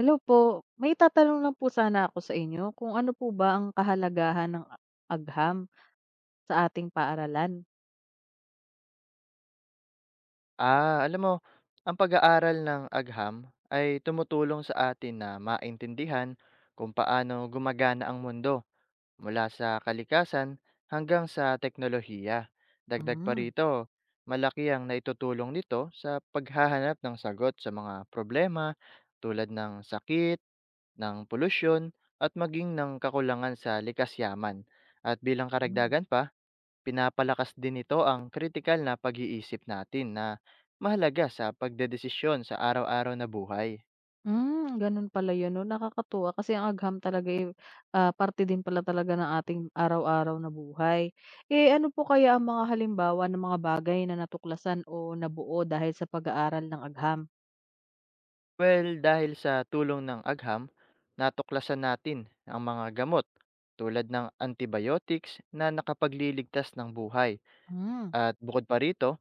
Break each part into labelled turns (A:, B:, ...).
A: Hello po. May itatanong lang po sana ako sa inyo kung ano po ba ang kahalagahan ng agham sa ating paaralan?
B: Alam mo, ang pag-aaral ng agham ay tumutulong sa atin na maintindihan kung paano gumagana ang mundo mula sa kalikasan hanggang sa teknolohiya. Dagdag pa
A: Hmm.
B: rito, malaki ang naitutulong nito sa paghahanap ng sagot sa mga problema tulad ng sakit, ng polusyon, at maging ng kakulangan sa likas yaman. At bilang
A: Hmm.
B: karagdagan pa, pinapalakas din ito ang kritikal na pag-iisip natin na mahalaga sa pagdedesisyon sa araw-araw na buhay.
A: Gano'n pala 'yun 'no, nakakatuwa kasi ang agham talaga, eh, parte din pala talaga ng ating araw-araw na buhay. Eh, ano po kaya ang mga halimbawa ng mga bagay na natuklasan o nabuo dahil sa pag-aaral ng agham?
B: Well, dahil sa tulong ng agham, natuklasan natin ang mga gamot tulad ng antibiotics na nakapagliligtas ng buhay.
A: Hmm.
B: At bukod pa rito,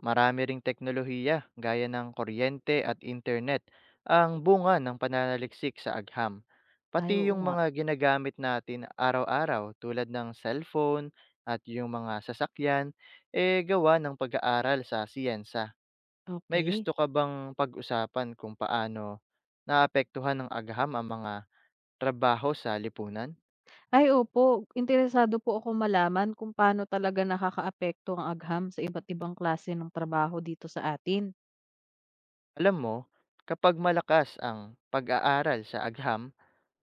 B: marami ring teknolohiya gaya ng kuryente at internet ang bunga ng pananaliksik sa agham.
A: Ay,
B: Pati
A: oo
B: yung
A: nga.
B: mga ginagamit natin araw-araw tulad ng cellphone at yung mga sasakyan eh gawa ng pag-aaral sa siyensa. May
A: Okey.
B: gusto ka bang pag-usapan kung paano naapektuhan ng agham ang mga trabaho sa lipunan?
A: Ay opo, interesado po ako malaman kung paano talaga nakakaapekto ang agham sa iba't ibang klase ng trabaho dito sa atin.
B: Alam mo, kapag malakas ang pag-aaral sa agham,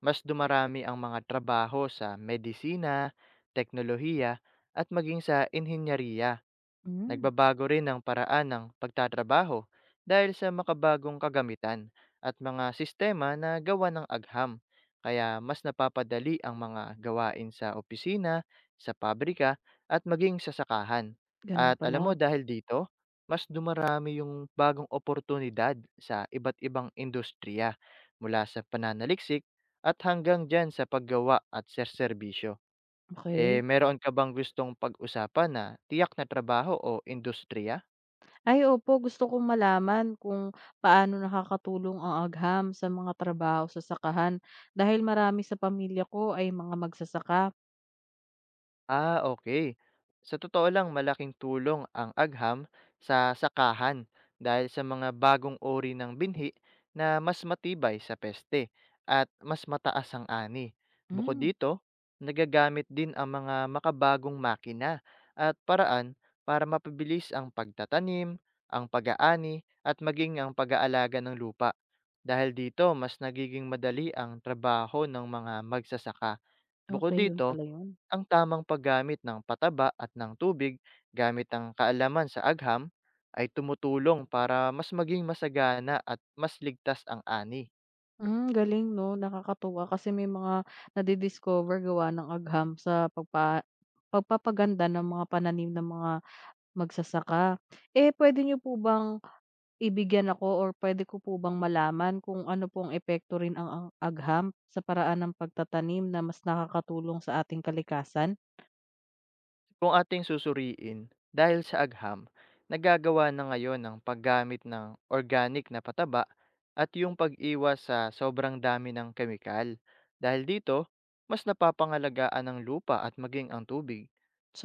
B: mas dumarami ang mga trabaho sa medisina, teknolohiya at maging sa inhinyeriya.
A: Hmm.
B: Nagbabago rin ang paraan ng pagtatrabaho dahil sa makabagong kagamitan at mga sistema na gawa ng agham. Kaya mas napapadali ang mga gawain sa opisina, sa pabrika at maging sa sakahan.
A: Ganun
B: At alam mo
A: pala.
B: dahil dito, mas dumarami yung bagong oportunidad sa iba't ibang industriya mula sa pananaliksik at hanggang dyan sa paggawa at serserbisyo. Eh,
A: Okey.
B: meron ka bang gustong pag-usapan na tiyak na trabaho o industriya?
A: Ay opo, gusto kong malaman kung paano nakakatulong ang agham sa mga trabaho sa sakahan dahil marami sa pamilya ko ay mga magsasaka.
B: Okay. Sa totoo lang malaking tulong ang agham sa sakahan dahil sa mga bagong uri ng binhi na mas matibay sa peste at mas mataas ang ani. Bukod
A: Hmm.
B: dito, nagagamit din ang mga makabagong makina at paraan para mapabilis ang pagtatanim, ang pag-aani at maging ang pag-aalaga ng lupa. Dahil dito, mas nagiging madali ang trabaho ng mga magsasaka. Bukod
A: Okay, yun
B: dito,
A: pala yun.
B: ang tamang paggamit ng pataba at ng tubig gamit ang kaalaman sa agham ay tumutulong para mas maging masagana at mas ligtas ang ani.
A: Hmm, galing 'no, nakakatuwa kasi may mga nadi-discover gawa ng agham sa pagpapaganda ng mga pananim ng mga magsasaka. Eh, puwede niyo po bang ibigyan ako or puwede ko po bang malaman kung ano pong epekto rin ang agham sa paraan ng pagtatanim na mas nakakatulong sa ating kalikasan?
B: Kung ating susuriin, dahil sa agham, nagagawa na ngayon ang paggamit ng organic na pataba at yung pag-iwas sa sobrang dami ng kemikal. Dahil dito, mas napapangalagaan ang lupa at maging ang tubig.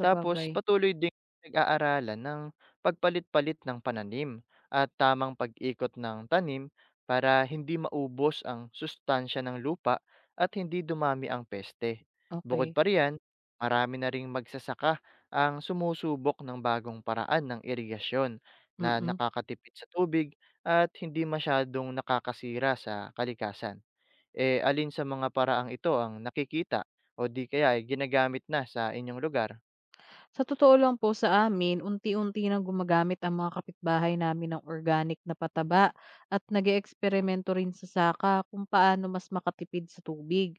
B: Tapos patuloy ding pinag-aaralan ng pagpalit-palit ng pananim at tamang pag-ikot ng tanim para hindi maubos ang sustansya ng lupa at hindi dumami ang peste. Bukod
A: Okey.
B: pa riyan, marami na ring magsasaka ang sumusubok ng bagong paraan ng irigasyon na
A: Mm.
B: nakakatipid sa tubig at hindi masyadong nakakasira sa kalikasan. Eh alin sa mga paraang ito ang nakikita o di kaya ay ginagamit na sa inyong lugar?
A: Sa totoo lang po sa amin, unti-unti nang gumagamit ang mga kapitbahay namin ng organic na pataba at nag-eeksperimento rin sa saka kung paano mas makatipid sa tubig.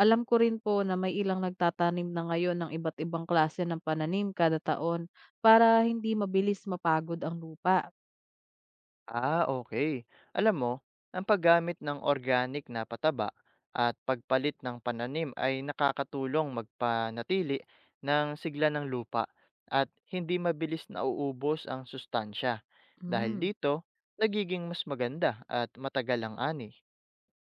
A: Alam ko rin po na may ilang nagtatanim na ngayon ng iba't ibang klase ng pananim kada taon para hindi mabilis mapagod ang lupa.
B: Okay. Alam mo, ang paggamit ng organic na pataba at pagpalit ng pananim ay nakakatulong magpanatili ng sigla ng lupa at hindi mabilis nauubos ang sustansya. Dahil
A: Hmm.
B: dito, nagiging mas maganda at matagal ang ani.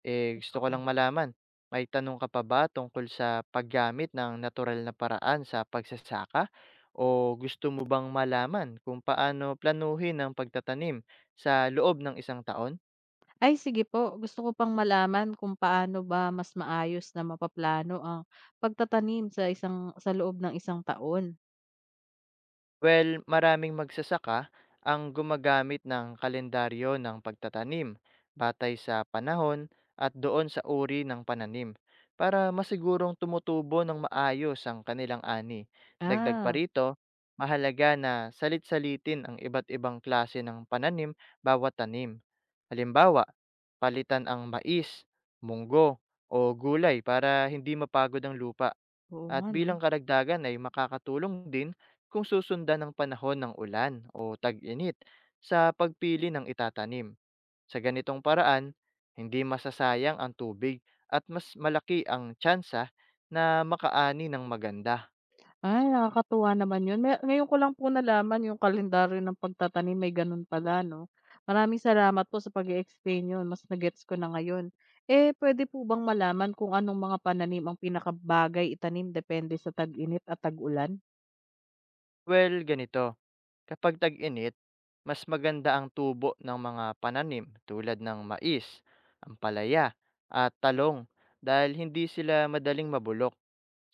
B: Eh, gusto ko lang
A: Totoo.
B: malaman, may tanong ka pa ba tungkol sa paggamit ng natural na paraan sa pagsasaka? O gusto mo bang malaman kung paano planuhin ang pagtatanim sa loob ng isang taon?
A: Ay sige po, gusto ko pang malaman kung paano ba mas maayos na mapaplano ang pagtatanim sa loob ng isang taon.
B: Well, maraming magsasaka ang gumagamit ng kalendaryo ng pagtatanim batay sa panahon at doon sa uri ng pananim para masigurong tumutubo ng maayos ang kanilang ani. Dagdag pa
A: Ah,
B: rito, mahalaga na salit-salitin ang iba't ibang klase ng pananim bawat tanim. Halimbawa, palitan ang mais, munggo, o gulay para hindi mapagod ang lupa.
A: oo
B: At
A: nga 'no.
B: bilang karagdagan ay makakatulong din kung susundan ng panahon ng ulan o tag-init sa pagpili ng itatanim. Sa ganitong paraan, hindi masasayang ang tubig at mas malaki ang tsansa na makaani ng maganda.
A: Ay, nakakatuwa naman 'yun. May ngayon ko lang po nalaman yung kalendaryo ng pagtatanim, may gano'n pala 'no. Maraming salamat po sa pag explain, yun mas na ko na ngayon. Eh, pwede po bang malaman kung anong mga pananim ang pinakabagay itanim depende sa tag-init at tag-ulan?
B: Well, ganito, kapag tag-init, mas maganda ang tubo ng mga pananim tulad ng mais, ampalaya, at talong dahil hindi sila madaling mabulok.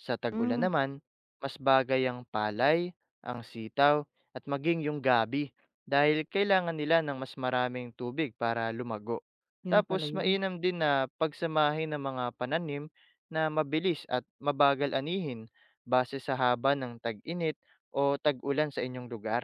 B: Sa tag-ulan
A: Hmm.
B: naman, mas bagay ang palay, ang sitaw, at maging yung gabi dahil kailangan nila ng mas maraming tubig para lumago.
A: 'Yun
B: Tapos
A: pala 'yun.
B: mainam din na pagsamahin ng mga pananim na mabilis at mabagal anihin base sa haba ng tag-init o tag-ulan sa inyong lugar.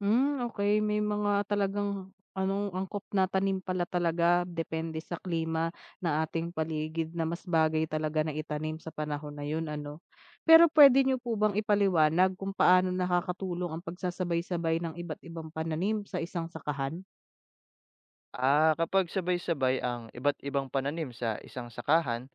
A: Okay, may mga talagang anong angkop na tanim pala talaga depende sa klima na ating paligid na mas bagay talaga na itanim sa panahon na yun ano. Pero puwede niyo po bang ipaliwanag kung paano nakakatulong ang pagsasabay-sabay ng iba't ibang pananim sa isang sakahan?
B: Kapag sabay-sabay ang iba't ibang pananim sa isang sakahan,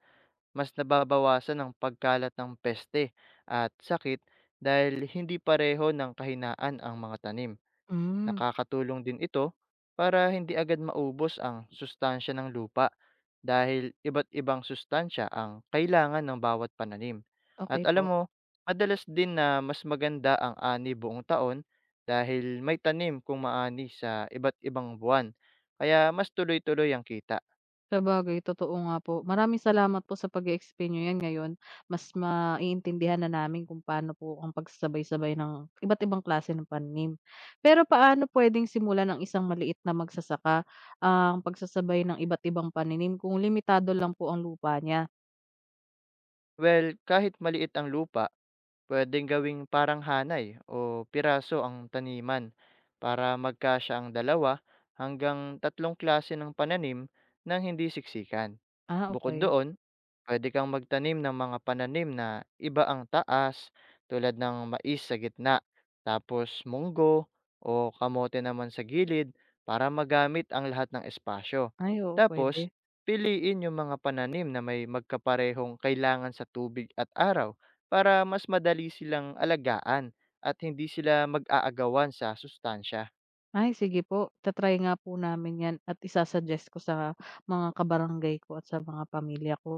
B: mas nababawasan ang pagkalat ng peste at sakit dahil hindi pareho ng kahinaan ang mga tanim.
A: Hmm.
B: Nakakatulong din ito para hindi agad maubos ang sustansya ng lupa dahil iba't ibang sustansya ang kailangan ng bawat pananim.
A: Okay
B: At alam
A: po.
B: mo, madalas din na mas maganda ang ani buong taon dahil may tanim kung maani sa iba't ibang buwan. Kaya mas tuloy-tuloy ang kita.
A: Sabagay, totoo nga po. Maraming salamat po sa pag-e-explain niyo 'yan ngayon. Mas maiintindihan na namin kung paano po ang pagsasabay-sabay ng iba't ibang klase ng panim. Pero paano puwedeng simulan ng isang maliit na magsasaka ang pagsasabay ng iba't ibang paninim kung limitado lang po ang lupa niya?
B: Well, kahit maliit ang lupa, puwedeng gawing parang hanay o piraso ang taniman para magkasya ang dalawa hanggang tatlong klase ng pananim nang hindi siksikan.
A: Ah,
B: Bukod
A: okay.
B: doon, pwede kang magtanim ng mga pananim na iba ang taas tulad ng mais sa gitna, tapos munggo o kamote naman sa gilid para magamit ang lahat ng espasyo.
A: Ay, oo,
B: Tapos,
A: puwede.
B: piliin yung mga pananim na may magkaparehong kailangan sa tubig at araw para mas madali silang alagaan at hindi sila mag-aagawan sa sustansya.
A: Ay sige po, ta-try nga po namin 'yan at isasuggest ko sa mga kabarangay ko at sa mga pamilya ko.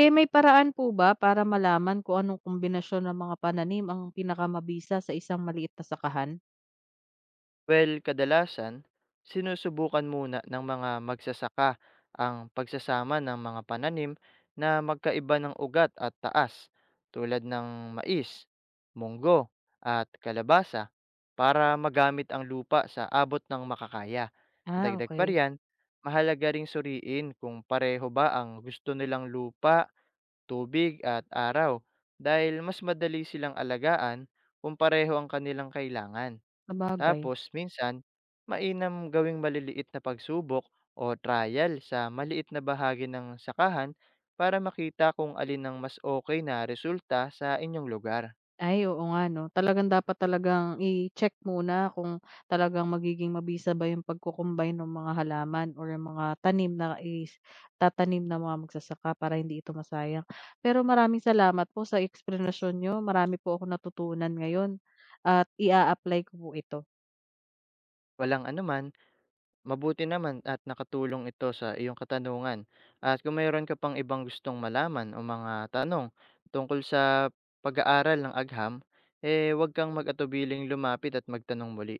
A: Eh, may paraan po ba para malaman kung anong kombinasyon ng mga pananim ang pinakamabisa sa isang maliit na sakahan?
B: Well, kadalasan, sinusubukan muna ng mga magsasaka ang pagsasama ng mga pananim na magkaiba ng ugat at taas tulad ng mais, munggo, at kalabasa para magamit ang lupa sa abot ng makakaya.
A: Ah,
B: Dagdag pa
A: okey.
B: riyan, mahalaga ring suriin kung pareho ba ang gusto nilang lupa tubig at araw dahil mas madali silang alagaan kung pareho ang kanilang kailangan.
A: Sabagay.
B: Tapos minsan, mainam gawing maliliit na pagsubok o trial sa maliit na bahagi ng sakahan para makita kung alin ang mas okay na resulta sa inyong lugar.
A: Ay, oo nga 'no. Talagang dapat talagang i-check muna kung talagang magiging mabisa ba yung pagko-combine ng mga halaman or yung mga tanim na tatanim ng mga magsasaka para hindi ito masayang. Pero maraming salamat po sa eksplanasyon niyo, marami po akong natutunan ngayon at ia-apply ko po ito.
B: Walang anuman. Mabuti naman at nakatulong ito sa iyong katanungan. At kung mayroon ka pang ibang gustong malaman o mga tanong tungkol sa pag-aaral ng agham, eh huwag kang mag-atubiling lumapit at magtanong muli.